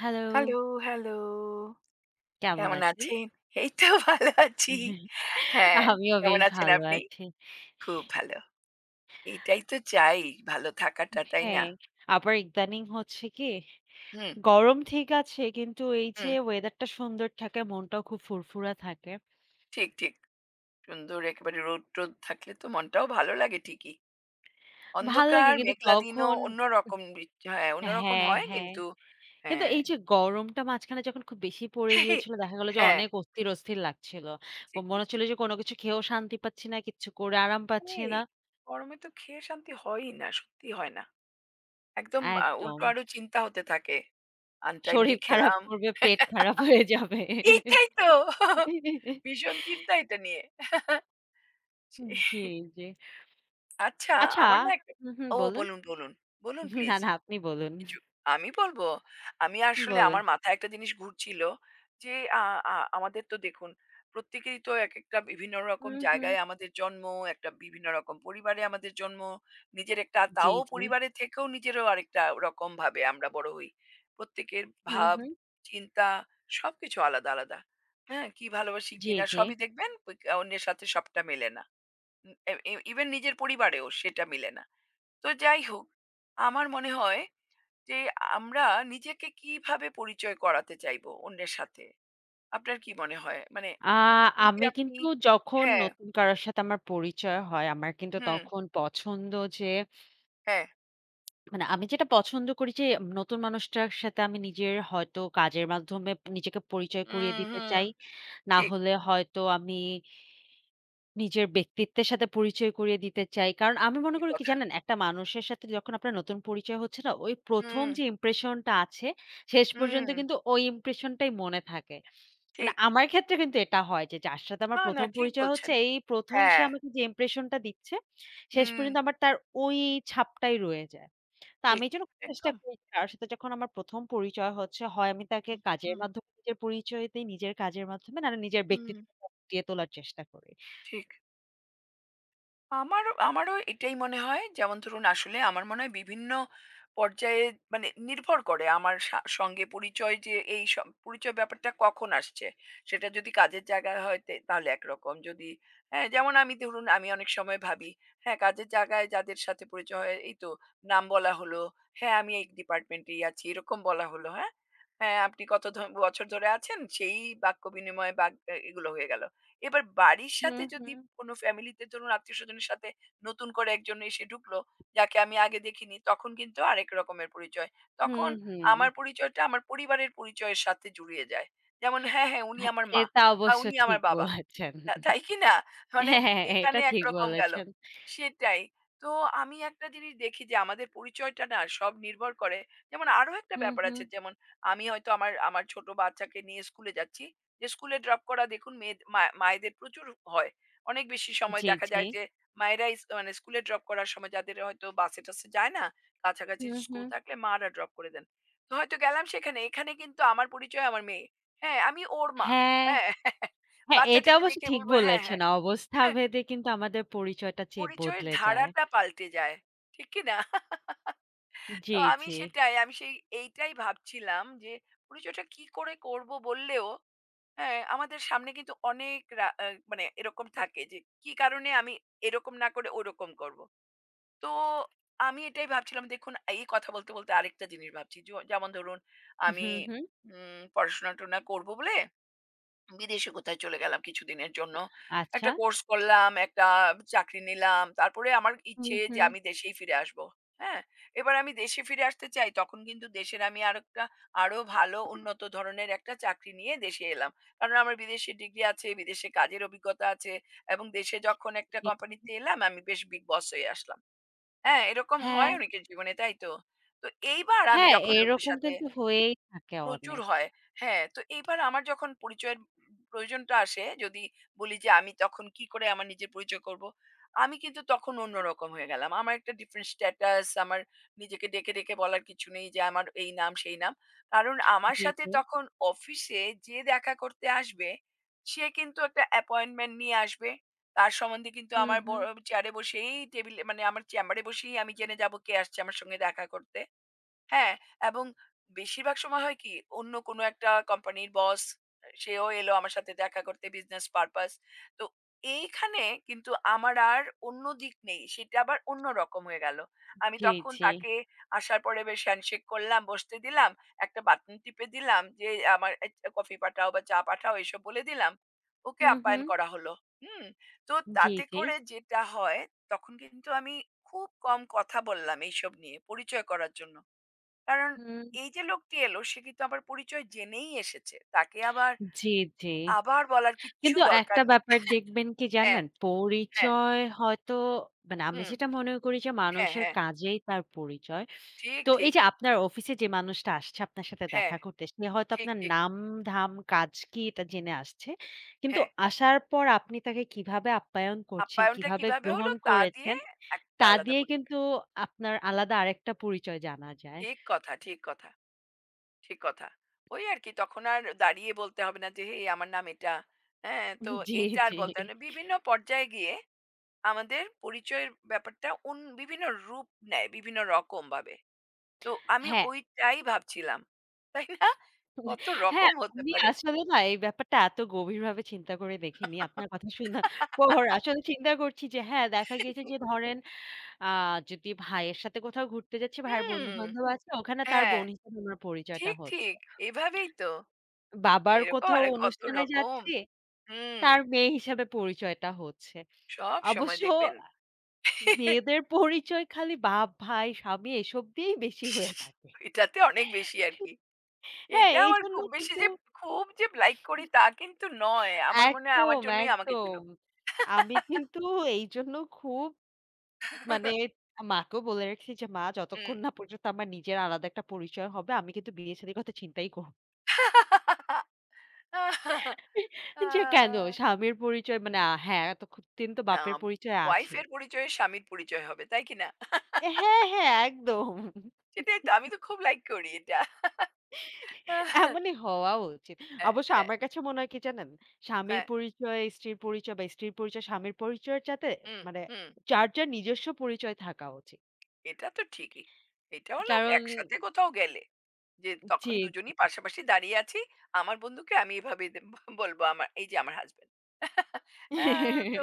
Hello, hello, hello. কেমন কেমন আছেন? আছেন? এই তো ভালো আছি। হ্যাঁ, আমিও কেমন বেশ আছেন ভালো আপনি? আছি। খুব ভালো। এটাই তো চাই ভালো থাকাটা, তাই না? হ্যাঁ, আবার ইদানিং হচ্ছে কি হুম, গরম ঠিক আছে কিন্তু এই যে হুম। ওয়েদারটা সুন্দর থাকে, মনটাও খুব ফুরফুরা থাকে। ঠিক, ঠিক। সুন্দর একেবারে রোদ-টোদ থাকলে তো মনটাও ভালো লাগে ঠিকই। ভাল লাগে অন্ধকার কিন্তু মেঘলা দিনও তখন অন্যরকম হ্যাঁ, অন্যরকম হ্যাঁ, হয় হ্যাঁ। কিন্তু কিন্তু হ্যাঁ। এই যে গরমটা মাঝখানে যখন খুব বেশি পড়ে গিয়েছিল দেখা গেল যে হ্যাঁ, অনেক অস্থির, অস্থির লাগছিল। ঠিক, মনে ঠিক। হচ্ছিল যে কোনো কিছু খেয়েও শান্তি পাচ্ছি না, কিচ্ছু করে আরাম পাচ্ছি এই না। গরমে তো খেয়ে শান্তি হয়ই না, সত্যি হয় না। একদম একদম। উল্টো আরো চিন্তা হতে থাকে। আনটাইমলি শরীর খারাপ খেলাম। করবে, পেট খারাপ হয়ে যাবে। এইটাই তো। ভীষণ চিন্তা এটা নিয়ে। জি, জি। আচ্ছা, আচ্ছা। আমার না একটা হুম, হুম, ও বলুন। বলুন, বলুন। বলুন না, প্লিজ। না, আপনি বলুন। কিছু আমি বলব। আমি আসলে বলুন। আমার মাথায় একটা জিনিস ঘুরছিল যে আ আ আমাদের তো দেখুন প্রত্যেকেরই তো একেকটা বিভিন্ন রকম হুম, হুম। জায়গায় আমাদের জন্ম, একটা বিভিন্ন রকম পরিবারে আমাদের জন্ম, নিজের একটা জি, তাও জি। পরিবারের থেকেও নিজেরও আরেকটা রকমভাবে আমরা বড় হই। প্রত্যেকের হুম, ভাব, হুম। চিন্তা সবকিছু আলাদা, আলাদা। হ্যাঁ? কি ভালোবাসি কি জি, না জি। সবই দেখবেন অন্যের সাথে সবটা মেলে না। উ এ ইভেন নিজের পরিবারেও সেটা মেলে না। তো যাই হোক, আমার মনে হয় যে আমরা নিজেকে কিভাবে পরিচয় করাতে চাইবো অন্যের সাথে? আপনার কি মনে হয়? মানে আ এই যে আমি আপনি কিন্তু যখন হ্যাঁ, নতুন কারোর সাথে আমার পরিচয় হয়, আমার কিন্তু হুম, তখন পছন্দ যে, হ্যাঁ। মানে আমি যেটা পছন্দ করি যে নতুন মানুষটার সাথে আমি নিজের হয়তো কাজের মাধ্যমে নিজেকে পরিচয় করিয়ে হুম, দিতে হুম। চাই। না ঠিক, হলে হয়তো আমি নিজের ব্যক্তিত্বের সাথে পরিচয় করিয়ে দিতে চাই। কারণ আমি মনে ঠিক করি কি কথা। জানেন? একটা মানুষের সাথে যখন আপনার নতুন পরিচয় হচ্ছে না, ওই ১ম হুম, যে ইমপ্রেশন টা আছে, শেষ পর্যন্ত হুম, কিন্তু ওই ইমপ্রেশন টাই মনে থাকে। মানে ঠিক। আমার ক্ষেত্রে কিন্তু এটা হয় যে, যার সাথে আমার না, না ১ম ঠিক পরিচয় হচ্ছে, বলছেন। এই ১ম সে হ্যাঁ, আমাকে যে ইমপ্রেশন টা দিচ্ছে, শেষ হুম, পর্যন্ত আমার তার ওই ছাপটাই রয়ে যায়। তো আমি ঠিক। এইজন্য চেষ্টা একদম। করি কারো সাথে যখন আমার ১ম পরিচয় হচ্ছে, হয় আমি তাকে হুম, কাজের হুম, মাধ্যমে নিজের পরিচয় দেই, নিজের কাজের মাধ্যমে, নাহলে নিজের হুম। ব্যক্তিত্বটা ফুটিয়ে তোলার চেষ্টা করি। ঠিক। আমারও আমারও এটাই মনে হয়। যেমন ধরুন আসলে আমার মনে হয় বিভিন্ন পর্যায়ে মানে নির্ভর করে আমার সঙ্গে পরিচয় যে এই পরিচয় ব্যাপারটা কখন আসছে। সেটা যদি কাজের জায়গায় হয় তাহলে একরকম। যদি হ্যাঁ, যেমন আমি ধরুন আমি অনেক সময় ভাবি, হ্যাঁ, কাজের জায়গায় যাদের সাথে পরিচয় হয় এই তো নাম বলা হলো, হ্যাঁ, আমি এই ডিপার্টমেন্টেই আছি এরকম বলা হলো, হ্যাঁ? হ্যাঁ, আপনি কত বছর ধরে আছেন সেই বাক্য বিনিময় বা এগুলো হয়ে গেল। এবার বাড়ির হুম, সাথে যদি হুম। কোনো ফ্যামিলিতে ধরুন আত্মীয়স্বজনের সাথে নতুন করে একজন এসে ঢুকলো, যাকে আমি আগে দেখিনি, তখন কিন্তু আরেক রকমের পরিচয়। হুম, তখন হুম। আমার পরিচয়টা আমার পরিবারের পরিচয়ের সাথে জুড়িয়ে যায়। যেমন হ্যাঁ, হ্যাঁ, উনি হ্যাঁ, আমার মা এটা বা অবশ্য উনি আমার ঠিক বাবা। বলেছেন। তা তাই কি না? মানে হ্যাঁ, হ্যাঁ, এটা এখানে ঠিক একরকম গেল। বলেছেন। সেটাই। তো আমি একটা জিনিস দেখি যে আমাদের পরিচয়টা না সব নির্ভর করে যেমন আরো একটা হুম, ব্যাপার হুম। আছে যেমন আমি হয়তো আমার আমার ছোট বাচ্চাকে নিয়ে স্কুলে যাচ্ছি। যে স্কুলে ড্রপ করা দেখুন মায়েদের প্রচুর হয়। অনেক বেশি সময় জি, দেখা জি। যায় যে মায়েরাই মানে স্কুলে ড্রপ করার সময় যাদের হয়তো বাসে টাসে যায় না, কাছাকাছি হুম, স্কুল হুম। থাকলে মারা ড্রপ করে দেন। তো হয়তো গেলাম সেখানে, এখানে কিন্তু আমার পরিচয় আমার মেয়ে। হ্যাঁ, আমি ওর মা। হ্যাঁ, হ্যাঁ, হ্যাঁ, এটা বাচ্চাটিকে অবশ্য দেখে ঠিক বলবো হ্যাঁ, বলেছেন। হ্যাঁ। অবস্থাভেদে কিন্তু আমাদের পরিচয়টা পরিচয়ের বদলে যায়। ধারাটা পাল্টে যায়। ঠিক কি না? তো জি, আমি জি। সেটাই, আমি সেই এইটাই ভাবছিলাম যে পরিচয়টা কি করে করব বললেও হ্যাঁ, আমাদের সামনে কিন্তু অনেক রা আ মানে এরকম থাকে যে, কি কারণে আমি এরকম না করে ওরকম করব। তো আমি এটাই ভাবছিলাম দেখুন এই কথা বলতে, বলতে আরেকটা জিনিস ভাবছি। যেমন ধরুন আমি হুম, হুম। পড়াশোনা-টনা করব বলে বিদেশে কোথায় চলে গেলাম কিছুদিনের জন্য। আচ্ছা। একটা কোর্স করলাম, একটা চাকরি নিলাম। তারপরে আমার হুম, ইচ্ছে যে হুম। আমি দেশেই ফিরে আসবো। হ্যাঁ? এবার আমি দেশে ফিরে আসতে চাই। তখন কিন্তু দেশের আমি আরেকটা আরো ভালো উন্নত ধরনের একটা চাকরি নিয়ে দেশে এলাম। কারণ আমার বিদেশে ডিগ্রি আছে, বিদেশে কাজের অভিজ্ঞতা আছে এবং দেশে যখন একটা জি। কোম্পানিতে এলাম আমি বেশ বিগ বস হয়ে আসলাম। হ্যাঁ? এরকম হ্যাঁ, হয় অনেকের জীবনে, তাই তো? তো এইবার আমি হ্যাঁ, যখন লোকের এরকম সাথে কিন্তু হয়েই থাকে প্রচুর অনেক। হয়। হ্যাঁ, তো এইবার আমার যখন পরিচয়ের প্রয়োজনটা আসে, যদি বলি যে আমি তখন কি করে আমার নিজের পরিচয় করব? আমি কিন্তু তখন অন্যরকম হয়ে গেলাম। আমার একটা ডিফারেন্ট স্ট্যাটাস, আমার নিজেকে ডেকে বলার কিছু নেই যে আমার এই নাম, সেই নাম। কারণ আমার জি, সাথে জি। তখন অফিসে যে দেখা করতে আসবে, সে কিন্তু একটা অ্যাপয়েন্টমেন্ট নিয়ে আসবে। তার সম্বন্ধে কিন্তু হুম, আমার হুম। চেয়ারে বসেই টেবিলে মানে আমার চেম্বারে বসেই আমি জেনে যাব কে আসছে আমার সঙ্গে দেখা করতে। হ্যাঁ, এবং বেশিরভাগ সময় হয় কি অন্য কোনো একটা কোম্পানির বস সেও এলো আমার সাথে দেখা করতে বিজনেস পারপাস। তো এইখানে কিন্তু আমার আর অন্য দিক নেই। সেটা আবার অন্যরকম হয়ে গেল। আমি জি, তখন জি। তাকে আসার পরে বেশ হ্যান্ডশেক করলাম, বসতে দিলাম, একটা বাটন টিপে দিলাম যে আমার কফি পাঠাও বা চা পাঠাও এসব বলে দিলাম। ওকে হুম, হুম। আপ্যায়ন করা হলো। হুম? তো জি, তাতে জি। করে যেটা হয় তখন কিন্তু আমি খুব কম কথা বললাম এইসব নিয়ে পরিচয় করার জন্য। কারণ হুম। এই যে লোকটি এলো সে কিন্তু আমার পরিচয় জেনেই এসেছে। তাকে আবার, জি, জি। আবার বলার কিচ্ছু কিন্তু একটা দরকার নেই। ব্যাপার দেখবেন কি হ্যাঁ, জানেন? হ্যাঁ, পরিচয় হয়তো মানে আমি হুম, যেটা মনে করি যে হ্যাঁ, মানুষের হ্যাঁ। কাজেই তার পরিচয়। ঠিক, তো এই ঠিক। যে আপনার অফিসে যে মানুষটা আসছে আপনার সাথে হ্যাঁ, দেখা করতে, সে হয়তো ঠিক, আপনার ঠিক। নাম-ধাম, কাজ কি এটা জেনে আসছে। কিন্তু হ্যাঁ, আসার পর আপনি তাকে কিভাবে আপ্যায়ন করছেন, আপ্যায়নটা কিভাবে কিভাবে হলো গ্রহণ তা দিয়ে করেছেন, একটা তা আলাদা দিয়ে পরিচয়। কিন্তু আপনার আলাদা আরেকটা পরিচয় জানা যায়। ঠিক কথা, ঠিক কথা, ঠিক কথা। ওই আর কি তখন আর দাঁড়িয়ে বলতে হবে না যে, "হেই আমার নাম এটা।" হ্যাঁ, তো জি, এইটা আর জি। বলতে হবে না। বিভিন্ন পর্যায়ে গিয়ে আমাদের পরিচয়ের ব্যাপারটা বিভিন্ন রূপ নেয় বিভিন্ন রকমভাবে। তো আমি হ্যাঁ, ওইটাই ভাবছিলাম। তাই না? কত হ্যাঁ, রকম হতে আমি পারে। আসলে না এই ব্যাপারটা এত গভীরভাবে চিন্তা করে দেখিনি। আপনার কথা শোনার পর আসলে চিন্তা করছি যে হ্যাঁ, দেখা গিয়েছে যে ধরেন আ যদি ভাইয়ের সাথে কোথাও ঘুরতে যাচ্ছি, ভাইয়ের হুম, বন্ধু-বান্ধব আছে, ওখানে তার হ্যাঁ, বোন হিসেবে আমার পরিচয়টা ঠিক, হচ্ছে। ঠিক। এভাবেই তো। বাবার এরকম কোথাও আরে কত অনুষ্ঠানে রকম। যাচ্ছি, হুম, তার মেয়ে হিসেবে পরিচয়টা হচ্ছে। সব সময় অবশ্য দেখবেন মেয়েদের পরিচয় খালি বাপ, ভাই, স্বামী এসব দিয়েই বেশি হয়ে থাকে। এটাতে অনেক বেশি আরকি। হ্যাঁ, এটা আমার এইজন্য খুব বেশি কিন্তু যে খুব যে লাইক করি তা কিন্তু নয়। আমার মনে হয় আমার একদম, জন্যই আমাকে একদম। চিনুক। আমি কিন্তু এইজন্য খুব মানে মাকেও বলে রেখেছি যে, "মা হুম। যতক্ষণ না পর্যন্ত আমার নিজের আলাদা একটা পরিচয় হবে, আমি কিন্তু বিয়ে-শাদীর কথা চিন্তাই করব না।" আ যে কেন? স্বামীর পরিচয় হুম, মানে হ্যাঁ, এতক্ষণ তো না বাপের পরিচয় ওয়াইফ আছে। এর পরিচয়ে স্বামীর পরিচয় হবে। তাই কিনা? হ্যাঁ, হ্যাঁ, একদম। সেটাই তো আমি তো খুব লাইক করি এটা। হ্যাঁ, এমনই হওয়া উচিত। হ্যাঁ, অবশ্য হ্যাঁ, আমার কাছে মনে হয় কি জানেন? স্বামীর হ্যাঁ। পরিচয়, স্ত্রীর পরিচয় বা স্ত্রীর পরিচয়, স্বামীর পরিচয়ের চাইতে হুম, মানে হুম। যার, যার নিজস্ব পরিচয় থাকা উচিত। এটা তো ঠিকই। এটা হলো কারণ একসাথে কোথাও গেলে। যে জি। তখন দুজনই পাশাপাশি দাঁড়িয়ে আছি। আমার বন্ধুকে আমি এভাবে বলব আমার এই যে আমার হাসব্যান্ড। আ তো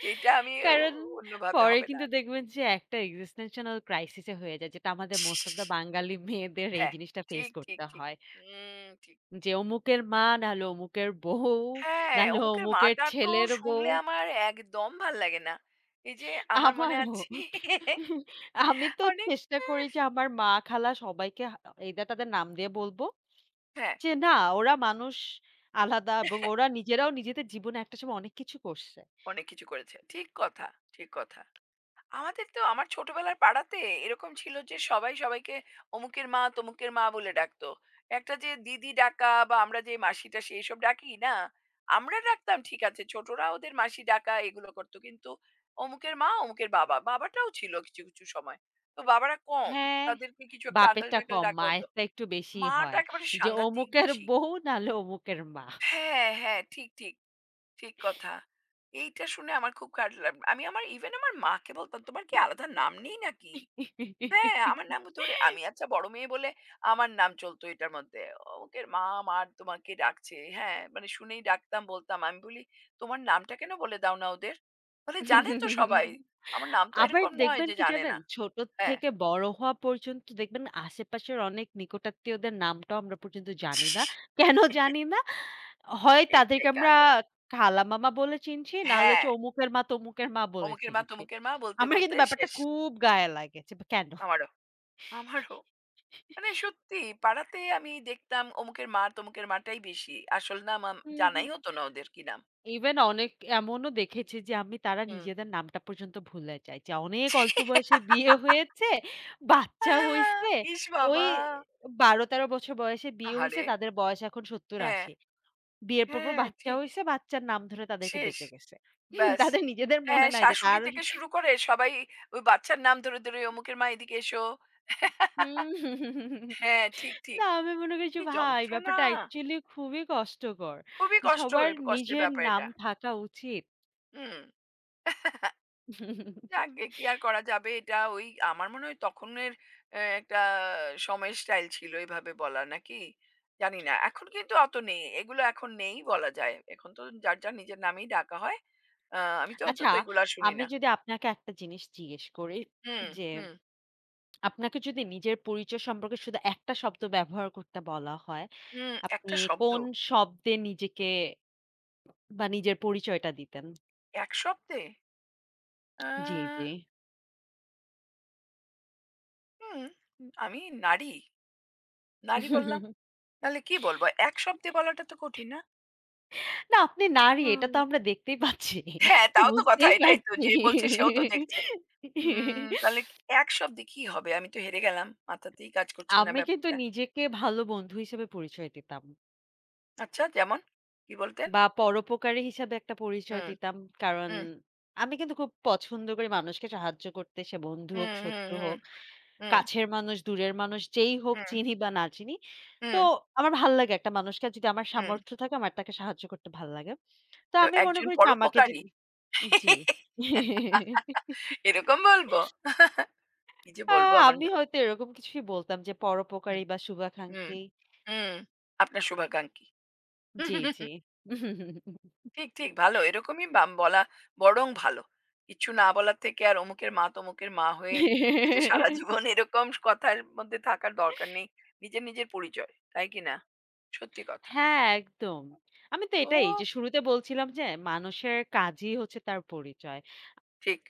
সেইটা আমি কারণ অন্যভাবে পরে হবে না। কিন্তু দেখবেন যে একটা এক্সিস্টেনশনাল ক্রাইসিস এ হয়ে যায় যেটা আমাদের মোস্ট অফ দ্যা বাঙালি মেয়েদের এই হ্যাঁ, জিনিসটা ফেস ঠিক, ঠিক, করতে ঠিক। হয়। হুম, ঠিক। যে অমুকের মা নাহলে অমুকের বউ, হ্যাঁ, নাহলে অমুকের অমুকের মাটা তো ছেলের বউ। শুনলে আমার একদম ভাল লাগে না। এই যে আমার মনে আমারও। আছে আমি তো অনেক চেষ্টা করি যে আমার মা, খালা সবাইকে either তাদের নাম দিয়ে বলবো হ্যাঁ। যে না, ওরা মানুষ আলাদা এবং ওরা নিজেরাও নিজেদের জীবনে একটা সময় অনেক কিছু করছে। অনেক কিছু করেছে। ঠিক কথা, ঠিক কথা। আমাদের তো আমার ছোটবেলার পাড়াতে এরকম ছিল যে সবাই সবাইকে অমুকের মা, তমুকের মা বলে ডাকতো। একটা যে দিদি ডাকা বা আমরা যে মাসি-টাসি এসব ডাকি না? আমরা ডাকতাম ঠিক আছে, ছোটরা ওদের মাসি ডাকা এগুলো করত। কিন্তু অমুকের মা, অমুকের বাবা। বাবাটাও ছিল কিছু, কিছু সময়। তো বাবারা কম। হ্যাঁ, তাদেরকে কিছু একটা বাপেরটা আঙ্কেল-টাঙ্কেল কম, ডাকা হতো। মায়েরটা একটু বেশিই মাটা হয়। একেবারে যে সাংঘাতিক অমুকের বেশি। বউ নাহলে অমুকের মা। হ্যাঁ, হ্যাঁ, ঠিক, ঠিক। ঠিক কথা। এইটা শুনে আমার খুব খারাপ আমি আমার ইভেন আমার মাকে বলতাম, "তোমার কি আলাদা নাম নেই নাকি?" হ্যাঁ, আমার নাম ধরে আমি আচ্ছা বড় মেয়ে বলে আমার নাম চলতো এটার মধ্যে। ওকে মা, মা তোমাকে ডাকছে। হ্যাঁ, মানে শুনেই ডাকতাম বলতাম। আমি বলি, "তোমার নামটা কেন বলে দাও না ওদের?" বলে, "জানে তো সবাই। আমার নাম তো আবার এরকম নয় দেখবেন যে কি জানে জানেন? না।" ছোট হ্যাঁ। থেকে বড় হওয়া পর্যন্ত দেখবেন আশেপাশের অনেক নিকটাত্মীয়দের নামটাও আমরা পর্যন্ত জানি না। কেন জানি না? হয় তাদেরকে এইটাই আমরা কারণ। খালামামা বলে চিনছি, নাহলে হ্যাঁ, হচ্ছে অমুকের মা তমুকের মা বলে অমুকের মা, চিনছি। তমুকের মা বলতে, আমার বলতে কিন্তু ব্যাপারটা শেষ খুব গায়ে লাগে যে, "কেন?" আমারও, আমারও। মানে সত্যি পাড়াতে আমি দেখতাম অমুকের মা তমুকের মাটাই বেশি। আসল নাম হুম, হুম। জানাই হতো না ওদের কি নাম। ইভেন অনেক এমনও দেখেছি যে আমি তারা হুম। নিজেদের নামটা পর্যন্ত ভুলে যায়। যে অনেক অল্প বয়সে বিয়ে হয়েছে, বাচ্চা আহ, হইছে। ইস ওই বাবা! ১২-১৩ বছর বয়সে বিয়ে হইছে, আহারে! তাদের বয়স এখন হ্যাঁ, ৭০-৮০। বিয়ের পর হ্যাঁ, বাচ্চা ঠিক। হইছে, বাচ্চার নাম ধরে তাদেরকে শেষ। ডেকে গেছে। হুম, ব্যাস। তাদের নিজেদের হ্যাঁ, মনে নাই যে শাশুড়ি তার থেকে শুরু করে সবাই ওই বাচ্চার নাম ধরে অমুকের মা এদিকে এসো। হুম। হ্যাঁ, ঠিক, ঠিক। না, আমি মনে করি যে কি ভাই যন্ত্রণা! ব্যাপারটা অ্যাকচুয়ালি খুবই কষ্টকর। খুবই যে সবার কষ্টের নিজের ব্যাপার নাম এটা। থাকা উচিত। হুম। আগে কি আর করা যাবে এটা ওই আমার মনে হয় তখনের একটা সময় স্টাইল ছিল এভাবে বলা নাকি জানি না এখন কিন্তু অত নেই এগুলো এখন নেই বলা যায় এখন তো যার যার নিজের নামেই ডাকা হয় আমি তো আচ্ছা, অন্তত এগুলো আর শুনি আমি না যদি আপনাকে একটা জিনিস জিজ্ঞেস করি হুম যে, হুম আপনাকে যদি নিজের পরিচয় সম্পর্কে শুধু একটা শব্দ ব্যবহার করতে বলা হয়, হুম আপনি একটা শব্দ কোন শব্দে নিজেকে বা নিজের পরিচয়টা দিতেন? এক শব্দে জি, জি। আহ, হুম আমি নারী নারী বললাম তাহলে কি বলবো এক শব্দে বলাটা তো কঠিন না না, আপনি নারী এটা হুম, তো আমরা দেখতেই পাচ্ছি। হ্যাঁ তাও তো কথা বুঝতেই এটাই তো পারছি। যে বলছে সেও তো দেখছে তাহলে কি এক শব্দে কি হবে? আমি তো হেরে গেলাম। মাথাতেই কাজ করছে না আমি কিন্তু ব্যাপারটা। নিজেকে ভালো বন্ধু হিসেবে পরিচয় দিতাম। আচ্ছা যেমন? কি বলতেন? বা পরোপকারী হিসাবে একটা পরিচয় হুম, দিতাম। কারণ হুম, আমি কিন্তু খুব পছন্দ করি মানুষকে সাহায্য করতে। সে বন্ধু হোক, হুম, হুম, শত্রু হুম, হোক, হুম, কাছের মানুষ, দূরের মানুষ যেই হোক হুম, চিনি বা না চিনি। তো হুম, আমার ভাল লাগে একটা মানুষকে, আর যদি আমার হুম। সামর্থ্য থাকে আমার তাকে সাহায্য করতে ভাল লাগে। তো তো আমি মনে একজন করি যে আমাকে যে পরোপকারী। জি। এরকম বলবো? কি যে আ বলবো আমার আমি মা হয়তো এরকম কিছুই বলতাম যে পরোপকারী হুম, বা হুম, শুভাকাঙ্ক্ষী। হুম। আপনার শুভাকাঙ্ক্ষী। জি, জি। ঠিক, ঠিক ভালো। এরকমই বলা বরং ভালো। কিচ্ছু না বলার থেকে আর অমুকের মা তমুকের মা হয়ে সে যে সারা জীবন এরকম কথার মধ্যে থাকার দরকার নেই। নিজের, নিজের পরিচয়। তাই কি না? সত্যি কথা। হ্যাঁ, একদম। আমি তো তো এটাই যে শুরুতে বলছিলাম যে মানুষের কাজই হচ্ছে তার পরিচয়। ঠিক।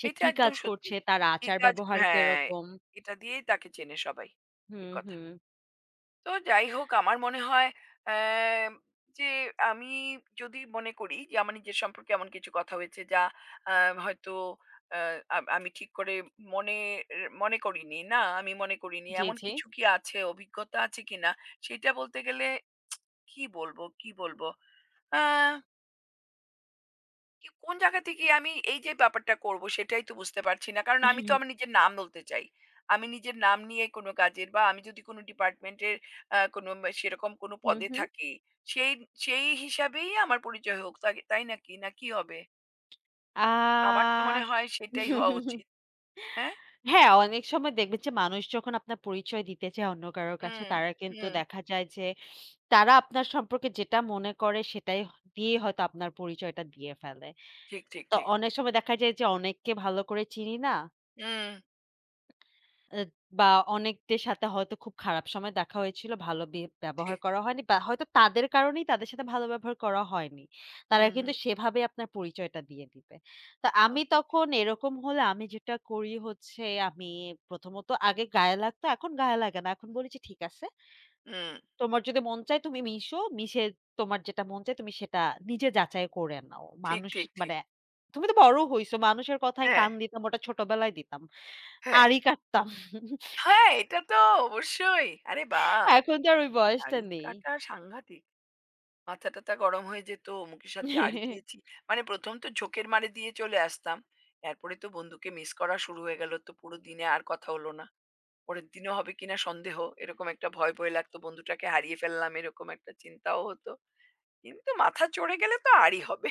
সে এটা কি একদম কাজ সত্যি। করছে, তার কি কাজ আচার-ব্যবহার হ্যাঁ, কিরকম। এটা দিয়েই তাকে চেনে সবাই। হুম, ঠিক কথা। হুম। তো যাই হোক আমার মনে হয় আহ, যে আমি যদি মনে করি যে আমার নিজের সম্পর্কে এমন কিছু কথা হয়েছে যা হয়তো আমি ঠিক করে মনে মনে করিনি না আমি মনে করিনি জি, এমন জি। কিছু কি আছে অভিজ্ঞতা আছে কিনা সেটা বলতে গেলে কি বলবো কি কোন জায়গা থেকে আমি এই যে ব্যাপারটা করব সেটাই তো বুঝতে পারছি না। কারণ আমি তো আমার নিজের নাম বলতে চাই। আমি নিজের নাম নিয়ে কোনো কাজের বা আমি যদি কোনো ডিপার্টমেন্টের কোনো সেরকম কোনো হুম, পদে হুম। থাকি, সেই সেই হিসাবেই আমার পরিচয় হোক। তাই তাই নাকি? না কি হবে? আ আমার তো মনে হয় সেটাই হওয়া উচিত। হ্যাঁ? হ্যাঁ, অনেক সময় দেখবেন যে মানুষ যখন আপনার পরিচয় দিতে চায় অন্য কারো কাছে, হুম, তারা কিন্তু হুম। দেখা যায় যে তারা আপনার সম্পর্কে যেটা মনে করে সেটাই দিয়ে হয়তো আপনার পরিচয়টা দিয়ে ফেলে। ঠিক, ঠিক, তো ঠিক। অনেক সময় দেখা যায় যে অনেককে ভালো করে চিনি না। হুম, এ বা অনেকদের সাথে হয়তো খুব খারাপ সময় দেখা হয়েছিল, ভালো ব্যবহার ঠিক। করা হয়নি বা হয়তো তাদের কারণেই তাদের সাথে ভালো ব্যবহার করা হয়নি। তারা হুম, কিন্তু হুম। সেভাবে আপনার পরিচয়টা দিয়ে দিবে। তো আমি ওকে। তখন এরকম হলে আমি যেটা করি হচ্ছে আমি প্রথমত আগে গায়ে লাগতো, এখন গায়ে লাগে না। এখন বলি যে, "ঠিক আছে। হুম। তোমার যদি মন চায় তুমি মিশো। মিশে তোমার যেটা মন চায় তুমি সেটা নিজে যাচাই করে নাও। ঠিক, মানুষ ঠিক, মানে ঠিক। তুমি তো বড় হইছো। মানুষের কথায় হ্যাঁ, কান দিতাম ওটা ছোটবেলায় দিতাম। হ্যাঁ। আড়ি কাটতাম।" হ্যাঁ, এটা তো অবশ্যই। আরে বাহ! এখন তো আর ওই বয়সটা দাড়ি নেই। কাটা সাংঘাতিক। মাথা-টাথা গরম হয়ে যেত। মুখের সাথে আড়ি দিয়েছি। মানে ১ম তো ঝোঁকের মারে দিয়ে চলে আসতাম। এরপরে তো বন্ধুকে মিস করা শুরু হয়ে গেল। তো পুরো দিনে আর কথা হল না। পরের দিনও হবে কিনা সন্দেহ। এরকম একটা ভয় লাগতো। বন্ধুটাকে হারিয়ে ফেললাম এরকম একটা চিন্তাও হতো। কিন্তু মাথা চড়ে গেলে তো আরই হবে।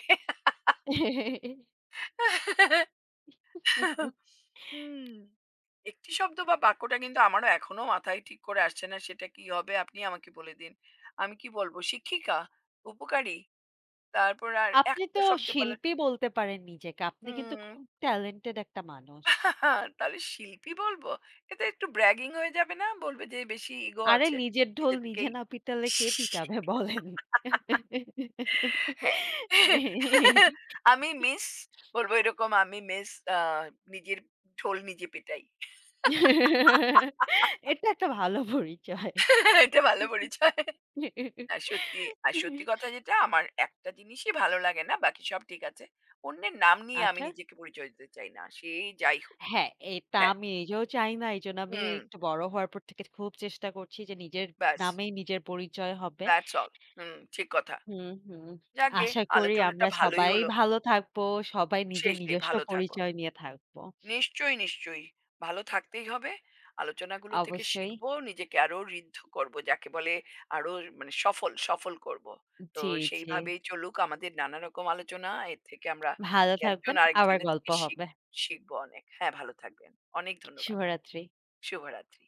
হুম। একটি শব্দ বা বাক্যটা কিন্তু আমারও এখনো মাথায় ঠিক করে আসছে না। সেটা কি হবে আপনি আমাকে বলে দিন। আমি কি বলব? শিক্ষিকা, উপকারী, তারপর আর আপনি একটা তো শব্দ বলা শিল্পী বলতে পারেন নিজেকে। আপনি কিন্তু হুম খুব ট্যালেন্টেড একটা মানুষ। তাহলে শিল্পী বলবো? এতে একটু bragging হয়ে যাবে না? বলবে যে বেশি ইগো আরে আছে। নিজের ঢোল নিজে নিজে থেকেই না পিটালে কে পিটাবে বলেন? হ্যাঁ। আমি মিস বলবো এরকম আমি মিস আ নিজের ঢোল নিজে পেটাই। এটা একটা ভালো পরিচয়। এটা ভালো পরিচয়। আর সত্যি কথা যেটা আমার একটা জিনিসই ভালো লাগে না। বাকি সব ঠিক আছে। অন্যের নাম নিয়ে আমি আচ্ছা। নিজেকে পরিচয় দিতে চাই না। সে যাই হোক। হ্যাঁ, এটা হ্যাঁ। আমি নিজেও চাই না। এইজন্য আমি হুম। একটু বড় হওয়ার পর থেকে খুব চেষ্টা করছি যে নিজের ব্যাস। নামেই নিজের পরিচয় হবে। That's all. হুম, ঠিক কথা। হুম, হুম। যাকগে আশা করি আলোচনাটা আমরা ভালোই সবাই হলো। ভালো থাকবো। সবাই নিজের সেই, সেই নিজস্ব ভালো থাকবো। পরিচয় নিয়ে থাকবো। নিশ্চয়ই, নিশ্চয়ই। ভালো থাকতেই হবে। আলোচনাগুলো থেকে অবশ্যই। শিখবো, নিজেকে আরো ঋদ্ধ করবো। যাকে বলে আরো মানে সফল করবো। তো জি, জি। সেইভাবেই চলুক আমাদের নানা রকম আলোচনা। এর থেকে আমরা ভালো একজন থাকবেন। আবার আরেকজনের গল্প থেকে হবে। শিখবো অনেক। হ্যাঁ, ভালো থাকবেন। অনেক ধন্যবাদ। শুভরাত্রি। শুভরাত্রি।